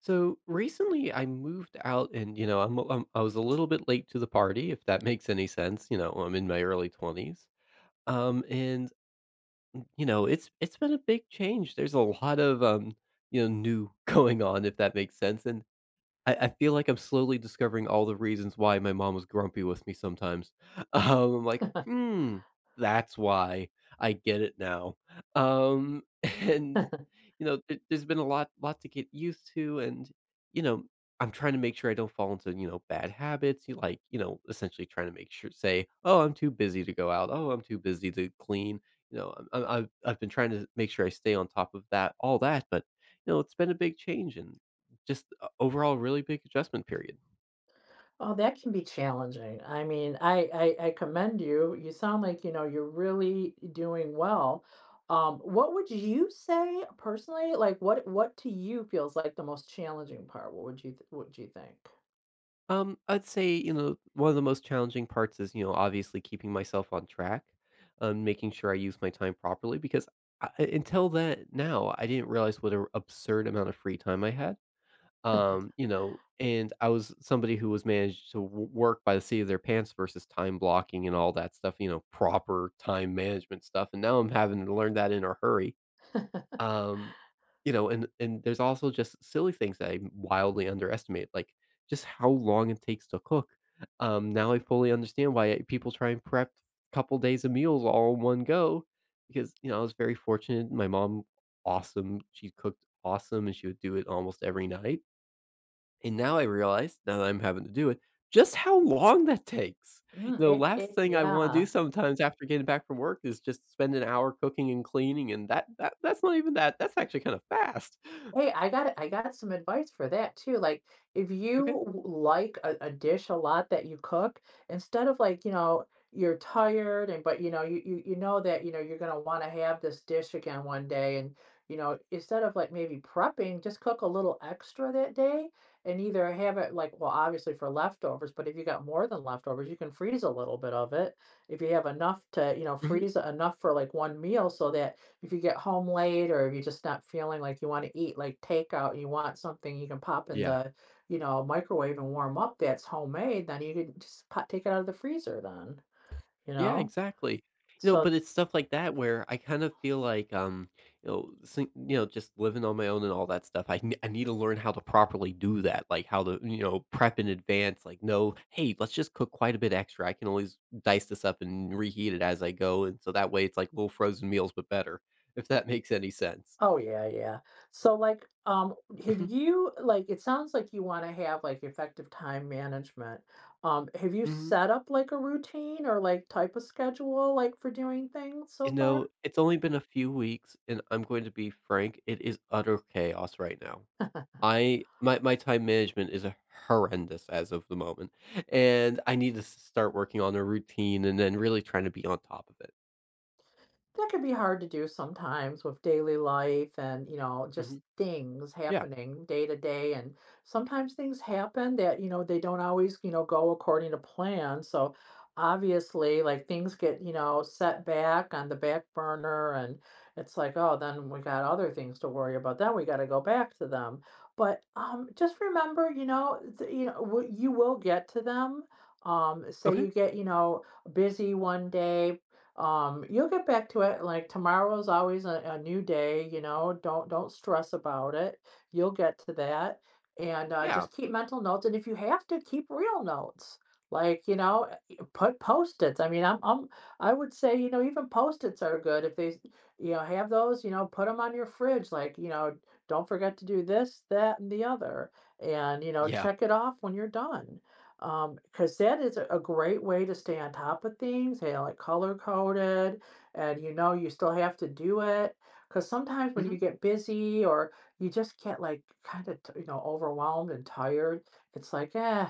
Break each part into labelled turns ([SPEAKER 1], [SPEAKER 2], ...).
[SPEAKER 1] So recently I moved out and I was a little bit late to the party if that makes any sense, you know, I'm in my early 20s. And it's been a big change. There's a lot of new going on if that makes sense. And I feel like I'm slowly discovering all the reasons why my mom was grumpy with me sometimes. I'm like, "Hmm, that's why. I get it now." Um, and, there's been a lot to get used to you know, I'm trying to make sure I don't fall into, bad habits, you like, you know, essentially trying to make sure say, "Oh, I'm too busy to go out. Oh, I'm too busy to clean." You know, I've been trying to make sure I stay on top of that all that, but, it's been a big change and just overall really big adjustment period.
[SPEAKER 2] Oh, that can be challenging. I mean, I commend you. You sound like, you know, you're really doing well. What would you say personally? Like what to you feels like the most challenging part? What would you what do you think?
[SPEAKER 1] I'd say, you know, one of the most challenging parts is, you know, obviously keeping myself on track, making sure I use my time properly because until that now, I didn't realize what an absurd amount of free time I had. You know, and I was somebody who was managed to w- work by the seat of their pants versus time blocking and all that stuff, you know, proper time management stuff. And now I'm having to learn that in a hurry Um, you know, and there's also just silly things that I wildly underestimate, like just how long it takes to cook. Now I fully understand why people try and prep a couple days of meals all in one go because, you know, I was very fortunate. My mom, awesome. She cooked awesome and she would do it almost every night. And now I realize, now that I'm having to do it, just how long that takes.
[SPEAKER 2] Mm,
[SPEAKER 1] The
[SPEAKER 2] it
[SPEAKER 1] last
[SPEAKER 2] it
[SPEAKER 1] thing I wanna do
[SPEAKER 2] yeah.
[SPEAKER 1] sometimes after getting back from work is just spend an hour cooking and cleaning, and that's not even that's actually kinda fast.
[SPEAKER 2] Hey, I got some advice for that too. Like, if
[SPEAKER 1] Okay.
[SPEAKER 2] you like a dish a lot that you cook, instead of like, you know, you're tired and but you know, you know that, you know, you're gonna want to have this dish again one day and you know, instead of like maybe prepping, just cook a little extra that day and either have it like, well, obviously for leftovers, but if you got more than leftovers, you can freeze a little bit of it. If you have enough to, you know,
[SPEAKER 1] Mhm.
[SPEAKER 2] freeze enough for like one meal so that if you get home late or if you're just not feeling like you want to eat like takeout and you want something you can pop in
[SPEAKER 1] Yeah.
[SPEAKER 2] the, you know, microwave and warm up that's homemade, then you can just pop, take it out of the freezer then, you
[SPEAKER 1] Yeah,
[SPEAKER 2] know?
[SPEAKER 1] exactly. You know,
[SPEAKER 2] So
[SPEAKER 1] but it's stuff like that where I kind of feel like, you know, just living on my own and all that stuff, I need to learn how to properly do that, like, how to, you know, prep in advance, like, "No, hey, let's just cook quite a bit extra, I can always dice this up and reheat it as I go," and so that way it's like little frozen meals, but better, if that makes any sense.
[SPEAKER 2] Oh, yeah, yeah. So, like, have
[SPEAKER 1] Mhm,
[SPEAKER 2] you like, it sounds like you wanna have, like, effective time management. Have you
[SPEAKER 1] mhm.
[SPEAKER 2] set up, like, a routine or, like, type of schedule, like, for doing things
[SPEAKER 1] You
[SPEAKER 2] so far?
[SPEAKER 1] know, it's only been a few weeks, and I'm going to be frank, it is utter chaos right now. I My time management is horrendous as of the moment, and I need to s start working on a routine and then really trying to be on top of it.
[SPEAKER 2] That could be hard to do sometimes with daily life and, you know, just
[SPEAKER 1] Mhm.
[SPEAKER 2] things
[SPEAKER 1] Yeah.
[SPEAKER 2] happening day to day. And sometimes things happen that, you know, they don't always, you know, go according to plan. So obviously, like things get, you know, set back on the back burner. And it's like, oh, then we got other things to worry about. Then we got to go back to them. But just remember, you know, you know, you will get to them. Say you
[SPEAKER 1] Okay.
[SPEAKER 2] get, you know, busy one day, you'll get back to it like tomorrow is always a new day, you know. Don't stress about it, you'll get to that. And
[SPEAKER 1] Yeah.
[SPEAKER 2] just keep mental notes, and if you have to keep real notes like you know, put post-its. I would say, you know, even post-its are good. If they, you know, have those, you know, put them on your fridge. Like, you know, don't forget to do this, that and the other, and you know,
[SPEAKER 1] Yeah.
[SPEAKER 2] check it off when you're done. 'Cause that is a great way to stay on top of things. They are, like, color coded, and you know you still have to do it. Because sometimes when you
[SPEAKER 1] Mhm.
[SPEAKER 2] get busy or you just get, like, kinda you know, overwhelmed and tired, it's like, "Eh,"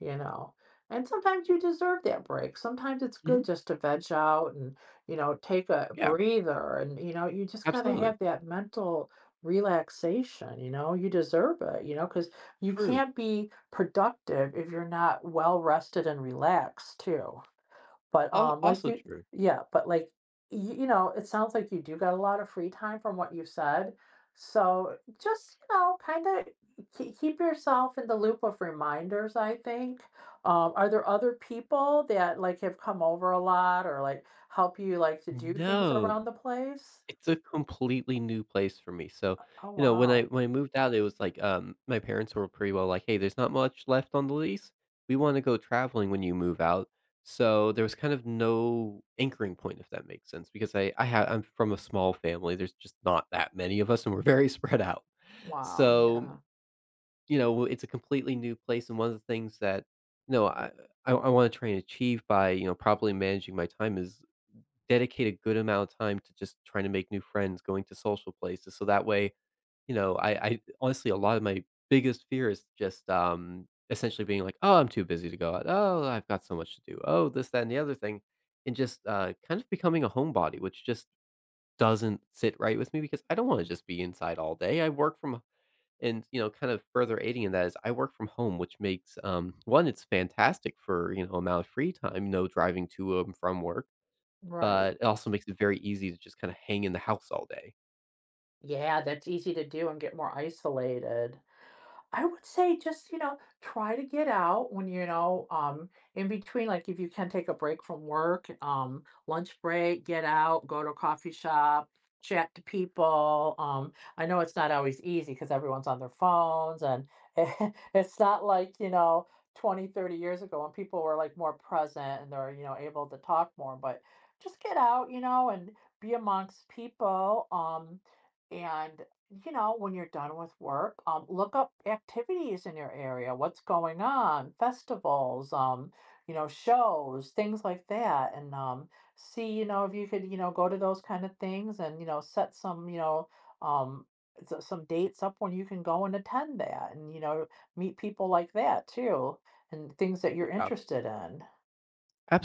[SPEAKER 2] you know? And sometimes you deserve that break. Sometimes it's
[SPEAKER 1] Mhm.
[SPEAKER 2] good just to veg out and, you know, take a
[SPEAKER 1] Yeah.
[SPEAKER 2] breather and, you know, you just gotta
[SPEAKER 1] Absolutely.
[SPEAKER 2] have that mental relaxation, you know? You deserve it, you know, because you
[SPEAKER 1] True.
[SPEAKER 2] can't be productive if you're not well rested and relaxed too. But,
[SPEAKER 1] Al
[SPEAKER 2] like
[SPEAKER 1] also
[SPEAKER 2] you
[SPEAKER 1] true.
[SPEAKER 2] yeah, but, like, you know, it sounds like you do got a lot of free time from what you said. So just, you know, kinda kee keep yourself in the loop of reminders, I think. Are there other people that, like, have come over a lot or, like, help you, like, to do things
[SPEAKER 1] No.
[SPEAKER 2] around the place?
[SPEAKER 1] It's a completely new place for me, so,
[SPEAKER 2] Oh, wow.
[SPEAKER 1] when I moved out, it was like, my parents were pretty well like, "Hey, there's not much left on the lease. We wanna go traveling when you move out." So, there was kind of no anchoring point, if that makes sense, because I'm from a small family, there's just not that many of us, and we're very spread out.
[SPEAKER 2] Wow,
[SPEAKER 1] So,
[SPEAKER 2] yeah.
[SPEAKER 1] you know, it's a completely new place, and one of the things that, you know, I I wanna try and achieve by, you know, properly managing my time is dedicate a good amount of time to just trying to make new friends, going to social places, so that way, you know, I honestly, a lot of my biggest fear is just, essentially being like, "Oh, I'm too busy to go out. Oh, I've got so much to do. Oh, this, that, and the other thing," and just, kind of becoming a homebody, which just doesn't sit right with me because I don't wanna just be inside all day. I work from and, kind of further aiding in that is I work from home, which makes, one, it's fantastic for, you know, amount of free time, no driving to and from work,
[SPEAKER 2] Right.
[SPEAKER 1] but it also makes it very easy to just kinda hang in the house all day.
[SPEAKER 2] Yeah, that's easy to do and get more isolated. I would say just, you know, try to get out when, you know, in between, like if you can take a break from work, lunch break, get out, go to a coffee shop, chat to people. I know it's not always easy because everyone's on their phones and it's not like, you know, 20-30 years ago when people were like more present and they're, you know, able to talk more, but just get out, you know, and be amongst people. Um, you know, when you're done with work, look up activities in your area, what's going on, festivals, you know, shows, things like that, and see, you know, if you could, you know, go to those kind of things and, you know, set some, you know, um, some dates up when you can go and attend that and, you know, meet people like that too, and things that you're
[SPEAKER 1] Yeah,
[SPEAKER 2] interested in.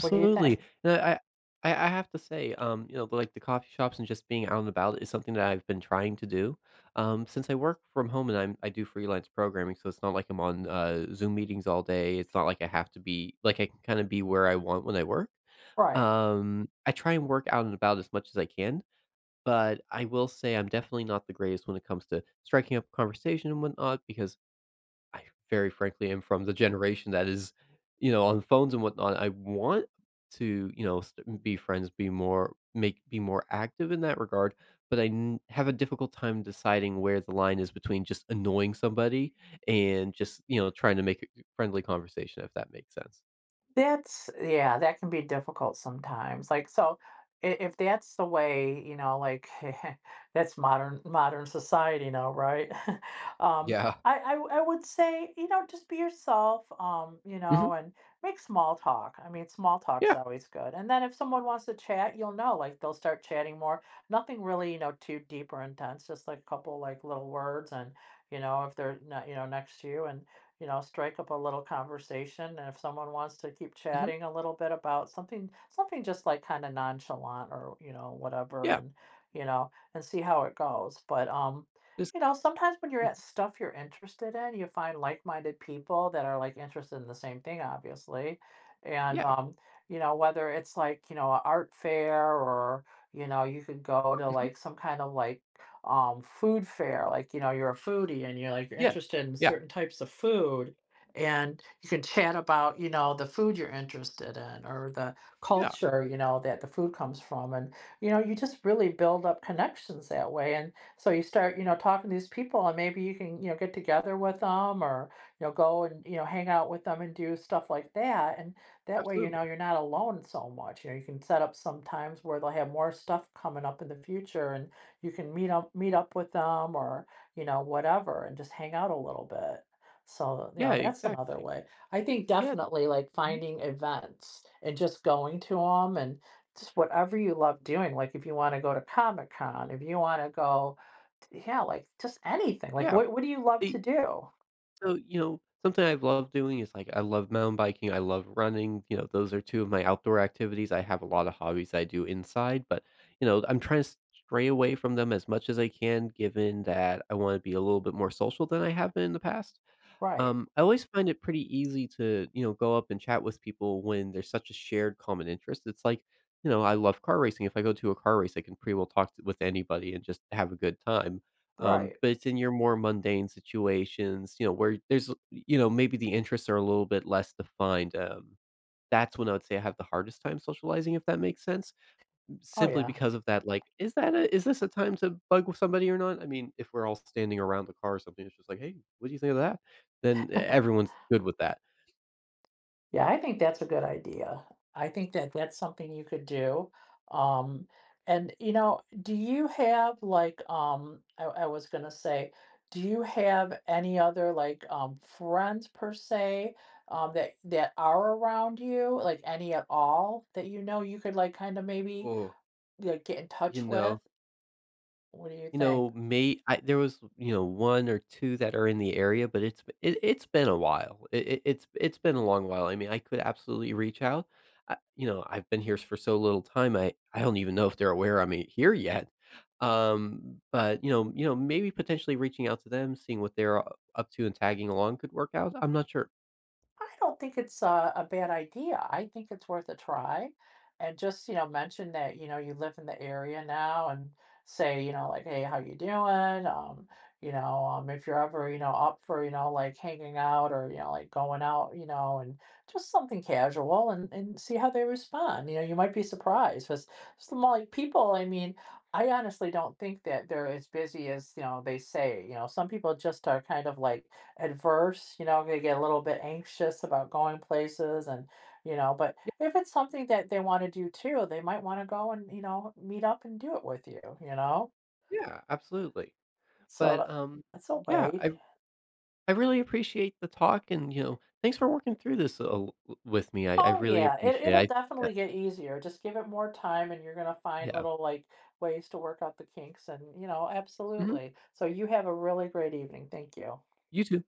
[SPEAKER 2] What do you think?
[SPEAKER 1] No, I have to say, you know, like, the coffee shops and just being out and about is something that I've been trying to do. Since I work from home and I do freelance programming, so it's not like I'm on, Zoom meetings all day, it's not like I have to be like, I can kinda be where I want when I work.
[SPEAKER 2] Right.
[SPEAKER 1] I try and work out and about as much as I can, but I will say I'm definitely not the greatest when it comes to striking up conversation and whatnot because I very frankly am from the generation that is, you know, on phones and whatnot. I want to, you know, be friends, be more active in that regard, but have a difficult time deciding where the line is between just annoying somebody and just, you know, trying to make a friendly conversation, if that makes sense.
[SPEAKER 2] That's yeah, that can be difficult sometimes. Like, so I if that's the way, you know, like that's modern society now, right? Um,
[SPEAKER 1] Yeah.
[SPEAKER 2] I would say, you know, just be yourself, you
[SPEAKER 1] Hmm.
[SPEAKER 2] know, and make small talk. I mean, small talk's
[SPEAKER 1] Yeah.
[SPEAKER 2] always good. And then if someone wants to chat, you'll know, like they'll start chatting more. Nothing really, you know, too deep or intense, just like a couple like little words and, you know, if they're not, you know, next to you. And you know, strike up a little conversation. And if someone wants to keep
[SPEAKER 1] Hmm.
[SPEAKER 2] chatting a little bit about something, something just like kind of nonchalant or, you know, whatever,
[SPEAKER 1] Yeah.
[SPEAKER 2] and, you know, and see how it goes. But,
[SPEAKER 1] Just
[SPEAKER 2] you know, sometimes when you're at stuff you're interested in, you find like minded people that are like interested in the same thing, obviously. And,
[SPEAKER 1] Yeah.
[SPEAKER 2] you know, whether it's like, you know, an art fair or, you know, you could go to
[SPEAKER 1] Mhm.
[SPEAKER 2] like some kind of like food fair, like, you know, you're a foodie and you're like, you're
[SPEAKER 1] Yeah.
[SPEAKER 2] interested in
[SPEAKER 1] Yeah.
[SPEAKER 2] certain types of food. And you can chat about, you know, the food you're interested in or the
[SPEAKER 1] Yeah.
[SPEAKER 2] culture, you know, that the food comes from. And, you know, you just really build up connections that way. And so you start, you know, talking to these people and maybe you can, you know, get together with them or, you know, go and, you know, hang out with them and do stuff like that. And that way, you know,
[SPEAKER 1] Absolutely.
[SPEAKER 2] you're not alone so much. You know, you can set up some times where they'll have more stuff coming up in the future and you can meet up with them or, you know, whatever and just hang out a little bit. So, you
[SPEAKER 1] Yeah,
[SPEAKER 2] know, that's another
[SPEAKER 1] exactly.
[SPEAKER 2] way. I think
[SPEAKER 1] Yeah.
[SPEAKER 2] definitely like
[SPEAKER 1] Mhm.
[SPEAKER 2] finding events and just going to them and just whatever you love doing. Like if you want to go to Comic Con, if you want to go, yeah, like just anything. Like
[SPEAKER 1] Yeah.
[SPEAKER 2] what do you love to
[SPEAKER 1] The
[SPEAKER 2] do?
[SPEAKER 1] so, you know, something I've loved doing is, like, I love mountain biking, I love running, you know, those are two of my outdoor activities. I have a lot of hobbies I do inside, but, you know, I'm trying to stray away from them as much as I can given that I wanna be a little bit more social than I have been in the past.
[SPEAKER 2] Right,
[SPEAKER 1] I always find it pretty easy to, you know, go up and chat with people when there's such a shared common interest. It's like, you know, I love car racing. If I go to a car race, I can pretty well talk to, with anybody and just have a good time.
[SPEAKER 2] right.
[SPEAKER 1] But it's in your more mundane situations, you know, where there's, you know, maybe the interests are a little bit less defined. That's when I would say I have the hardest time socializing, if that makes sense.
[SPEAKER 2] Oh
[SPEAKER 1] Simply
[SPEAKER 2] yeah.
[SPEAKER 1] because of that, like, is this a time to bug with somebody or not? I mean, if we're all standing around the car or something, it's just like, "Hey, what do you think of that?" Then e everyone's good with that.
[SPEAKER 2] Yeah, I think that's a good idea. I think that that's something you could do. Um, and you know, do you have like I was gonna say, do you have any other like friends per se that that are around you, like any at all that you know you could like kind of maybe
[SPEAKER 1] Oh.
[SPEAKER 2] like get in
[SPEAKER 1] You
[SPEAKER 2] touch
[SPEAKER 1] know?
[SPEAKER 2] with? What do you
[SPEAKER 1] You
[SPEAKER 2] think?
[SPEAKER 1] know, may I there was, you know, one or two that are in the area, but it's been a while. It's been a long while. I mean, I could absolutely reach out. I you know, I've been here for so little time, I don't even know if they're aware here yet. But, you know, maybe potentially reaching out to them, seeing what they're u up to and tagging along could work out. I'm not sure.
[SPEAKER 2] I don't think it's a bad idea. I think it's worth a try. And just, you know, mention that, you know, you live in the area now and say, you know, like, hey, how you doing? You know, if you're ever, you know, up for, you know, like hanging out or, you know, like going out, you know, and just something casual and see how they respond. You know, you might be surprised because some like people, I mean, I honestly don't think that they're as busy as, you know, they say. You know, some people just are kind of like, adverse, you know, they get a little bit anxious about going places and you know, but if it's something that they want to do too, they might want to go and, you know, meet up and do it with you, you know?
[SPEAKER 1] Yeah, yeah, absolutely.
[SPEAKER 2] So
[SPEAKER 1] But,
[SPEAKER 2] that's a
[SPEAKER 1] yeah,
[SPEAKER 2] way.
[SPEAKER 1] I really appreciate the talk and, you know, thanks for working through this, with me. I
[SPEAKER 2] Oh
[SPEAKER 1] really
[SPEAKER 2] yeah, it,
[SPEAKER 1] appreciate
[SPEAKER 2] it'll
[SPEAKER 1] it. I
[SPEAKER 2] definitely get easier. Just give it more time and you're gonna find
[SPEAKER 1] yeah.
[SPEAKER 2] little like ways to work out the kinks and, you know,
[SPEAKER 1] Mhm.
[SPEAKER 2] absolutely. So you have a really great evening. Thank you.
[SPEAKER 1] You too.